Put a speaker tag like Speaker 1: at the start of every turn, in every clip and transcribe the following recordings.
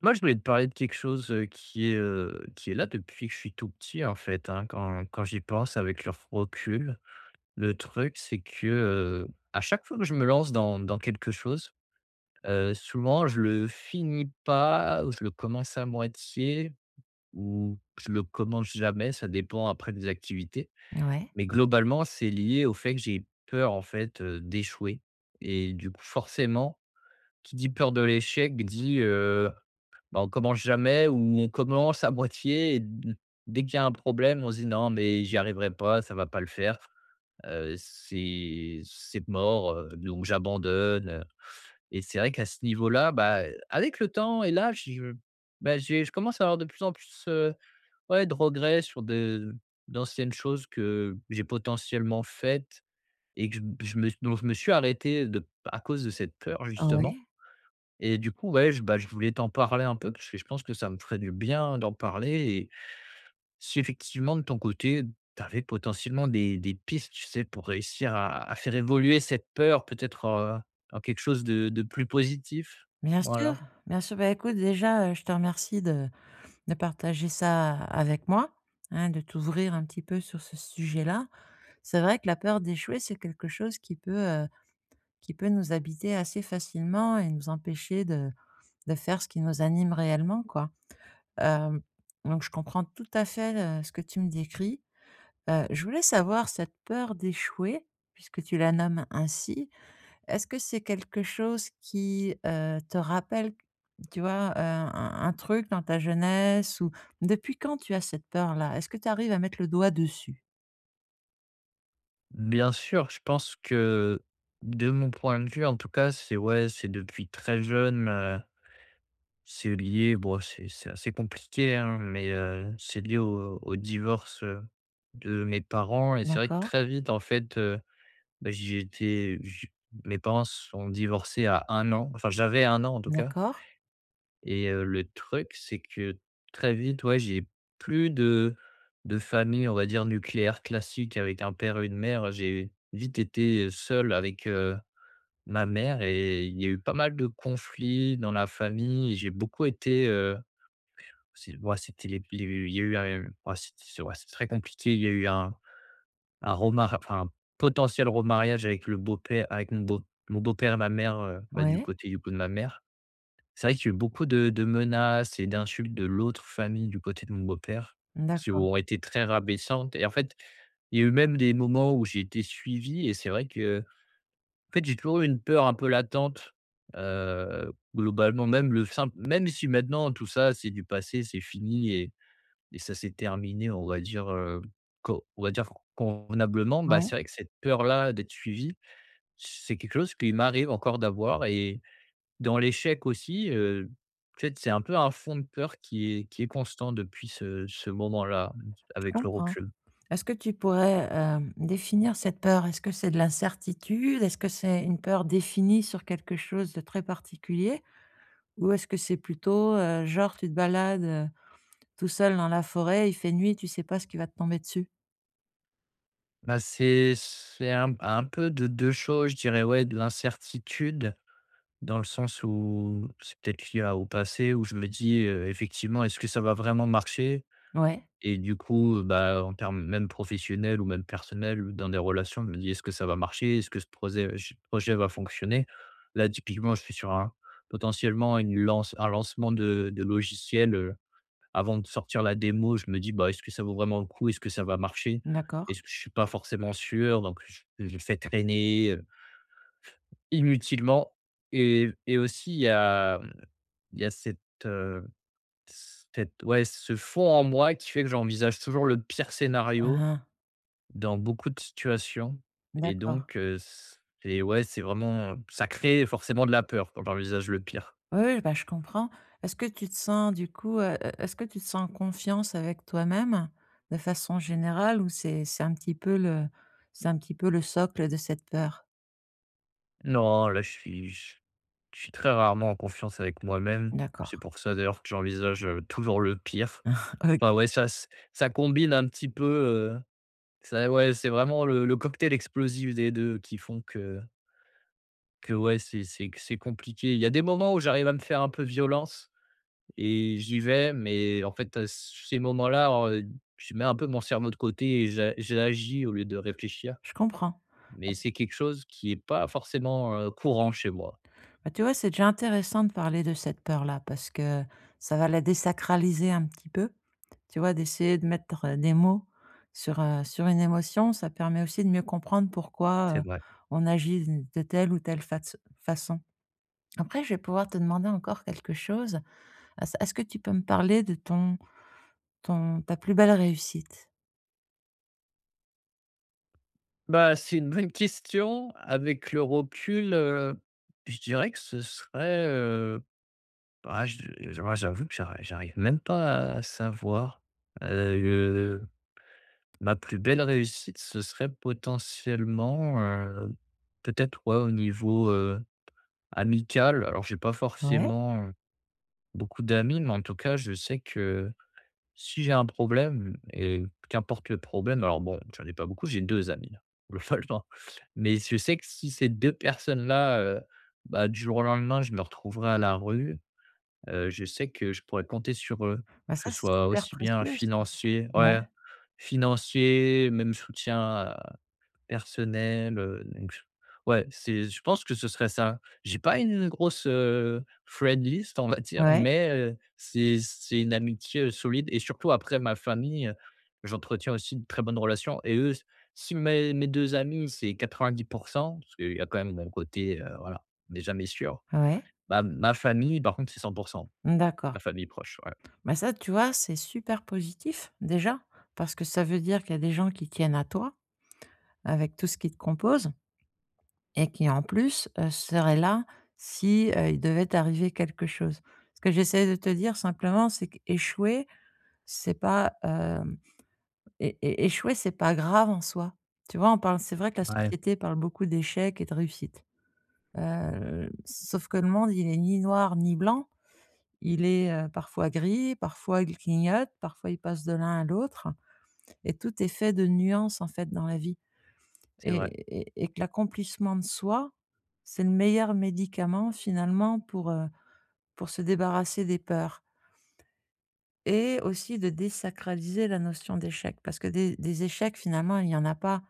Speaker 1: Moi, je voulais te parler de quelque chose, qui est là depuis que je suis tout petit, en fait, hein, quand j'y pense avec le recul. Le truc, c'est que à chaque fois que je me lance dans quelque chose, souvent je le finis pas ou je le commence à moitié ou je le commence jamais, ça dépend après des activités.
Speaker 2: Ouais,
Speaker 1: Mais globalement, c'est lié au fait que j'ai peur, en fait, d'échouer et du coup, forcément, qui dit peur de l'échec dit, bah, on commence jamais ou on commence à moitié et d dès qu'il y a un problème, on se dit: «Non, mais j'y arriverai pas, ça va pas le faire, c'est mort, donc j'abandonne», et c'est vrai qu'à ce niveau-là, bah, avec le temps et là je bah, j'ai je commence à avoir de plus en plus, ouais, de regrets sur de d'anciennes choses que j'ai potentiellement faites et que je me dont je me suis arrêté de à cause de cette peur
Speaker 2: ouais,
Speaker 1: justement et du coup, ouais, je voulais t'en parler un peu parce que je pense que ça me ferait du bien d'en parler et si effectivement de ton côté, tu avais potentiellement des pistes, tu sais, pour réussir à faire évoluer cette peur peut-être, en quelque chose de plus positif?
Speaker 2: bien sûr,
Speaker 1: Voilà.
Speaker 2: bien sûr. Bah, écoute, déjà, je te remercie de partager ça avec moi, hein, de t'ouvrir un petit peu sur ce sujet-là. C'est vrai que la peur d'échouer, c'est quelque chose qui peut nous habiter assez facilement et nous empêcher de faire ce qui nous anime réellement, quoi. Hem, donc je comprends tout à fait, ce que tu me décris. Je voulais savoir cette peur d'échouer, puisque tu la nommes ainsi. Est-ce que c'est quelque chose qui te rappelle, tu vois, un truc dans ta jeunesse ou depuis quand tu as cette peur-là? Est-ce que tu arrives à mettre le doigt dessus?
Speaker 1: Bien sûr, je pense que de mon point de vue en tout cas, c'est ouais, c'est depuis très jeune, C'est lié, bon, c'est assez compliqué, hein, mais c'est lié au divorce, de mes parents et c'est vrai que
Speaker 2: D'accord,
Speaker 1: très vite, en fait, bah, j'ai été j mes parents sont divorcés à un an, enfin, j'avais un an, en tout cas.
Speaker 2: d'accord,
Speaker 1: Et le truc, c'est que très vite, ouais, j'ai plus de famille, on va dire, nucléaire classique avec un père et une mère. J'ai vite été seul avec, ma mère et il y a eu pas mal de conflits dans la famille. J'ai beaucoup été, c'est ouais, c'était les il y a eu un ouais, c'était ouais, c'est très compliqué. Il y a eu un potentiel remariage avec mon beau-père et ma mère, bah, du
Speaker 2: ouais,
Speaker 1: côté du coup de ma mère. C'est vrai qu'il y a eu beaucoup de menaces et d'insultes de l'autre famille du côté de mon beau-père, qui
Speaker 2: d'accord,
Speaker 1: ont été très rabaissantes et en fait, il y a eu même des moments où j'ai été suivi et c'est vrai que, en fait, j'ai toujours eu une peur un peu latente, globalement, même le simple même si maintenant tout ça c'est du passé, c'est fini et ça s'est terminé, on va dire, co on va dire convenablement. Bah,
Speaker 2: ouais,
Speaker 1: c'est vrai que cette peur-là d'être suivi, c'est quelque chose qui m'arrive encore d'avoir et dans l'échec aussi, tu sais, c'est un peu un fond de peur qui est constant depuis ce moment-là,
Speaker 2: je
Speaker 1: avec le
Speaker 2: comprends.
Speaker 1: recul.
Speaker 2: Est-ce que tu pourrais définir cette peur? Est-ce que c'est de l'incertitude? Est-ce que c'est une peur définie sur quelque chose de très particulier? Ou est-ce que c'est plutôt genre tu te balades, tout seul dans la forêt, il fait nuit, tu sais pas ce qui va te tomber dessus?
Speaker 1: Bah, c'est un peu de 2 choses, je dirais, ouais, de l'incertitude dans le sens où c'est peut-être lié à au passé où je me dis, effectivement: «Est-ce que ça va vraiment marcher?»
Speaker 2: Ouais,
Speaker 1: Et du coup, bah, en termes même professionnels ou même personnels ou dans des relations, je me dis: «Est-ce que ça va marcher? Est-ce que ce projet va fonctionner?» Là, typiquement, je suis sur un potentiellement une lance un lancement de logiciel, avant de sortir la démo, je me dis: «Bah, est-ce que ça vaut vraiment le coup? Est-ce que ça va marcher?
Speaker 2: d'accord.
Speaker 1: Est-ce que je suis pas forcément sûr?», donc je le fais traîner, inutilement. Et aussi il y a, il y a euh, cette ouais, ce fond en moi qui fait que j'envisage toujours le pire
Speaker 2: Ah
Speaker 1: scénario
Speaker 2: ah,
Speaker 1: dans beaucoup de situations. Et
Speaker 2: d'accord.
Speaker 1: donc c'est ouais, c'est vraiment, ça crée forcément de la peur quand j'envisage le pire.
Speaker 2: Oui, oui, bah, je comprends. Est-ce que tu te sens du coup, e est-ce que tu te sens en confiance avec toi-même, de façon générale ou c'est un petit peu le c'est un petit peu le socle de cette peur?
Speaker 1: Non, là, je suis très rarement en confiance avec moi-même. C'est
Speaker 2: D'accord,
Speaker 1: pour ça d'ailleurs que j'envisage, toujours le pire. Enfin
Speaker 2: OK,
Speaker 1: ouais, ça combine un petit peu, ça ouais, c'est vraiment le cocktail explosif des 2 qui font que ouais, c'est c'est compliqué. Il y a des moments où j'arrive à me faire un peu violence et j'y vais, mais en fait, à ces moments-là, je mets un peu mon cerveau de côté et j'agis au lieu de réfléchir.
Speaker 2: je comprends.
Speaker 1: Mais c'est quelque chose qui est pas forcément, courant chez moi.
Speaker 2: Bah, tu vois, c'est déjà intéressant de parler de cette peur-là parce que ça va la désacraliser un petit peu. Tu vois, d'essayer de mettre des mots sur une émotion, ça permet aussi de mieux comprendre
Speaker 1: C'est
Speaker 2: pourquoi
Speaker 1: vrai.
Speaker 2: on agit de telle ou telle façon. Après, je vais pouvoir te demander encore quelque chose. S Est-ce que tu peux me parler de ton ta plus belle réussite?
Speaker 1: Bah, c'est une bonne question. Avec le recul, je dirais que ce serait, bah, j'avoue que j'arrive même pas à savoir. Heu, ma plus belle réussite, ce serait potentiellement, peut-être, ouais, au niveau amical. Alors j'ai pas
Speaker 2: Ouais,
Speaker 1: forcément, beaucoup d'amis, mais en tout cas, je sais que si j'ai un problème et qu'importe le problème, alors bon, j'en ai pas beaucoup, j'ai 2 amis, globalement. Mais je sais que si ces 2 personnes-là, bah, du jour au lendemain, je me retrouverai à la rue, je sais que je pourrais compter sur eux,
Speaker 2: bah,
Speaker 1: que ce
Speaker 2: ça, c'est
Speaker 1: soit
Speaker 2: super
Speaker 1: aussi bien
Speaker 2: précieux ça.
Speaker 1: financier
Speaker 2: Ouais,
Speaker 1: ouais, financier, même soutien personnel, donc j ouais, c'est je pense que ce serait ça. J'ai pas une grosse, friend list, on va dire,
Speaker 2: ouais,
Speaker 1: mais, c'est une amitié, solide et surtout après ma famille, j'entretiens aussi de très bonnes relations et eux, si mes 2 amis, c'est 90% parce qu'il y a quand même un côté, voilà, on n'est jamais sûr.
Speaker 2: ouais.
Speaker 1: Bah, ma famille, par contre, c'est 100% ma
Speaker 2: D'accord.
Speaker 1: famille proche, ouais.
Speaker 2: Bah, ça, tu vois, c'est super positif déjà, parce que ça veut dire qu'il y a des gens qui tiennent à toi avec tout ce qui te compose et qui, en plus, seraient là si il devait t'arriver quelque chose. Ce que j'essaie de te dire simplement, c'est qu'échouer, c'est pas, hem, é é échouer, c'est pas grave en soi. Tu vois, on parle c'est vrai que la
Speaker 1: Ouais,
Speaker 2: société parle beaucoup d'échecs et de réussites. Sauf que le monde, il est ni noir ni blanc. Il est parfois gris, parfois il clignote, parfois il passe de l'un à l'autre. Et tout est fait de nuances, en fait, dans la vie
Speaker 1: c'est vrai.
Speaker 2: et que l'accomplissement de soi, c'est le meilleur médicament finalement pour se débarrasser des peurs et aussi de désacraliser la notion d'échec parce que des échecs finalement, il y en a pas,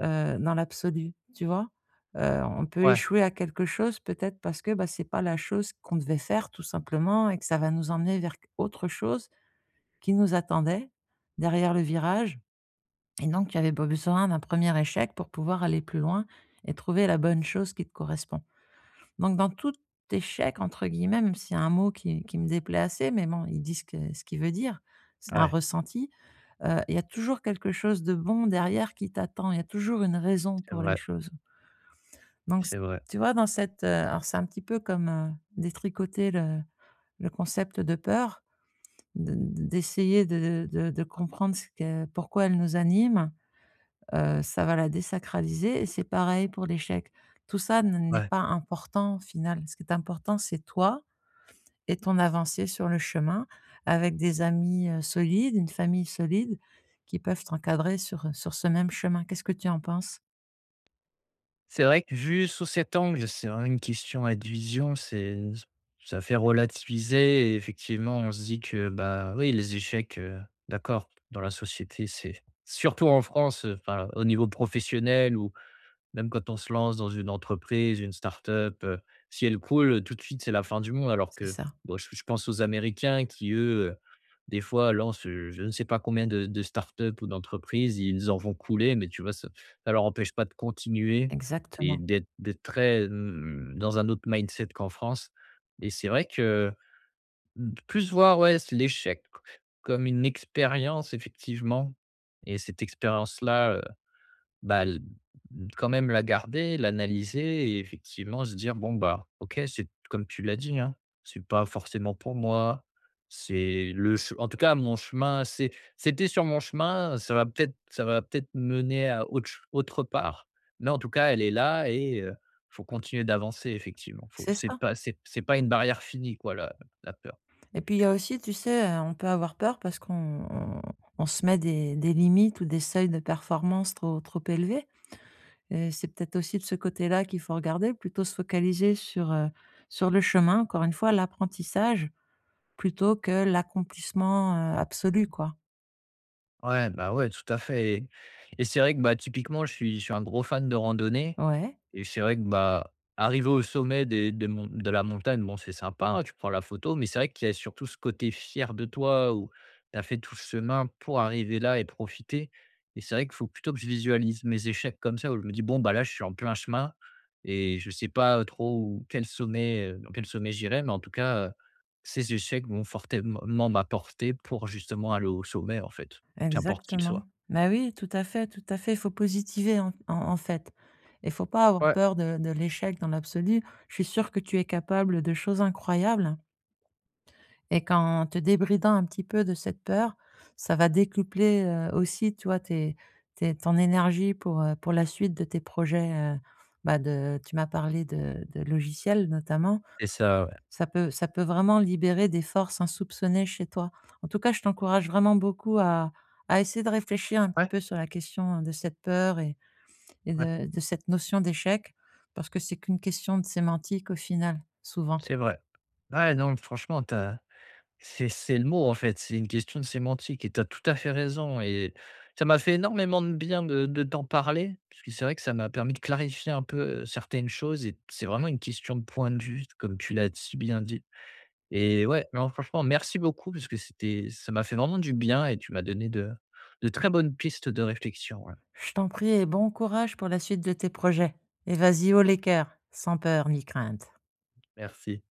Speaker 2: heu, dans l'absolu, tu vois? On peut
Speaker 1: Ouais,
Speaker 2: échouer à quelque chose peut-être parce que, bah, c'est pas la chose qu'on devait faire tout simplement et que ça va nous emmener vers autre chose qui nous attendait derrière le virage. Et donc, tu avais pas besoin d'un premier échec pour pouvoir aller plus loin et trouver la bonne chose qui te correspond. Donc, dans tout échec, entre guillemets, même s'il y a un mot qui me déplaît assez, mais bon, ils disent que ce qu'il veut dire, c'est un
Speaker 1: ouais,
Speaker 2: ressenti, il y a toujours quelque chose de bon derrière qui t'attend. Il y a toujours une raison
Speaker 1: c'est
Speaker 2: pour les
Speaker 1: vrai,
Speaker 2: choses. Donc c
Speaker 1: c'est vrai.
Speaker 2: Tu vois, dans cette, alors c'est un petit peu comme détricoter le concept de peur, de d'essayer de comprendre ce que pourquoi elle nous anime. Heu, ça va la désacraliser et c'est pareil pour l'échec. Tout ça ne n'est
Speaker 1: Ouais.
Speaker 2: pas important au final. Ce qui est important, c'est toi et ton avancée sur le chemin avec des amis solides, une famille solide qui peuvent t'encadrer sur ce même chemin. Qu'est-ce que tu en penses?
Speaker 1: C'est vrai que vu sous cet angle, c'est vraiment une question à division, c'est ça fait relativiser et effectivement, on se dit que, bah, oui, les échecs, d'accord, dans la société, c'est surtout en France, enfin, au niveau professionnel ou même quand on se lance dans une entreprise, une start-up, si elle coule tout de suite, c'est la fin du monde alors
Speaker 2: C'est
Speaker 1: que,
Speaker 2: ça,
Speaker 1: bon, je pense aux Américains qui, eux, des fois, lancent, je ne sais pas combien de start-up ou d'entreprises, ils en vont couler, mais tu vois, ça leur empêche pas de continuer et
Speaker 2: exactement.
Speaker 1: d'être très, dans un autre mindset qu'en France. Et c'est vrai que, mmh, plus voir, ouais, c l'échec comme une expérience effectivement. Et cette expérience-là, bah, l quand même la garder, l'analyser et effectivement se dire: «Bon, bah, OK, c'est comme tu l'as dit, hein, c'est pas forcément pour moi, c'est le che en tout cas mon chemin, c'était sur mon chemin, ça va peut-être mener à autre part, mais en tout cas elle est là et faut continuer d'avancer effectivement». Faut
Speaker 2: C'est ça,
Speaker 1: c'est pas une barrière finie quoi la peur.
Speaker 2: et puis il y a aussi, tu sais, on peut avoir peur parce qu'on on se met des limites ou des seuils de performance trop élevés. Et c'est peut-être aussi de ce côté-là qu'il faut regarder, plutôt se focaliser sur le chemin, encore une fois, l'apprentissage, plutôt que l'accomplissement absolu, quoi.
Speaker 1: Ouais, bah, ouais, tout à fait. Et c'est vrai que, bah, typiquement, je suis un gros fan de randonnée.
Speaker 2: Ouais,
Speaker 1: Et c'est vrai que, bah, arriver au sommet des mon de la montagne, bon, c'est sympa, hein, tu prends la photo, mais c'est vrai qu'il y a surtout ce côté fier de toi où tu as fait tout ce chemin pour arriver là et profiter. Et c'est vrai qu'il faut plutôt que je visualise mes échecs comme ça, où je me dis: «Bon, bah, là, je suis en plein chemin et je sais pas trop où quel sommet, dans quel sommet j'irai, mais en tout cas, ces échecs vont fortement m'apporter pour justement aller au sommet, en fait, qu'importe qu'il
Speaker 2: exactement.
Speaker 1: soit».
Speaker 2: Bah, oui, tout à fait, tout à fait. Il faut positiver en fait, et faut pas avoir
Speaker 1: Ouais.
Speaker 2: peur de l'échec dans l'absolu. Je suis sûre que tu es capable de choses incroyables. Et qu'en te débridant un petit peu de cette peur, ça va décupler aussi, tu vois, tes ton énergie pour la suite de tes projets, bah, de tu m'as parlé de logiciels notamment.
Speaker 1: Et ça, ouais.
Speaker 2: Ça peut vraiment libérer des forces insoupçonnées chez toi. En tout cas, je t'encourage vraiment beaucoup à essayer de réfléchir un petit
Speaker 1: Ouais,
Speaker 2: peu sur la question de cette peur et
Speaker 1: ouais,
Speaker 2: de cette notion d'échec, parce que c'est qu'une question de sémantique au final, souvent.
Speaker 1: c'est vrai. Ouais, non, franchement, tu c'est le mot en fait, c'est une question de sémantique et tu as tout à fait raison et ça m'a fait énormément de bien de t'en parler, parce que c'est vrai que ça m'a permis de clarifier un peu, certaines choses et c'est vraiment une question de point de vue, comme tu l'as si bien dit. Et ouais, non franchement merci beaucoup parce que c'était ça m'a fait vraiment du bien et tu m'as donné de très bonnes pistes de réflexion, ouais.
Speaker 2: Je t'en prie et bon courage pour la suite de tes projets. Et vas-y, haut les cœurs, sans peur ni crainte.
Speaker 1: Merci.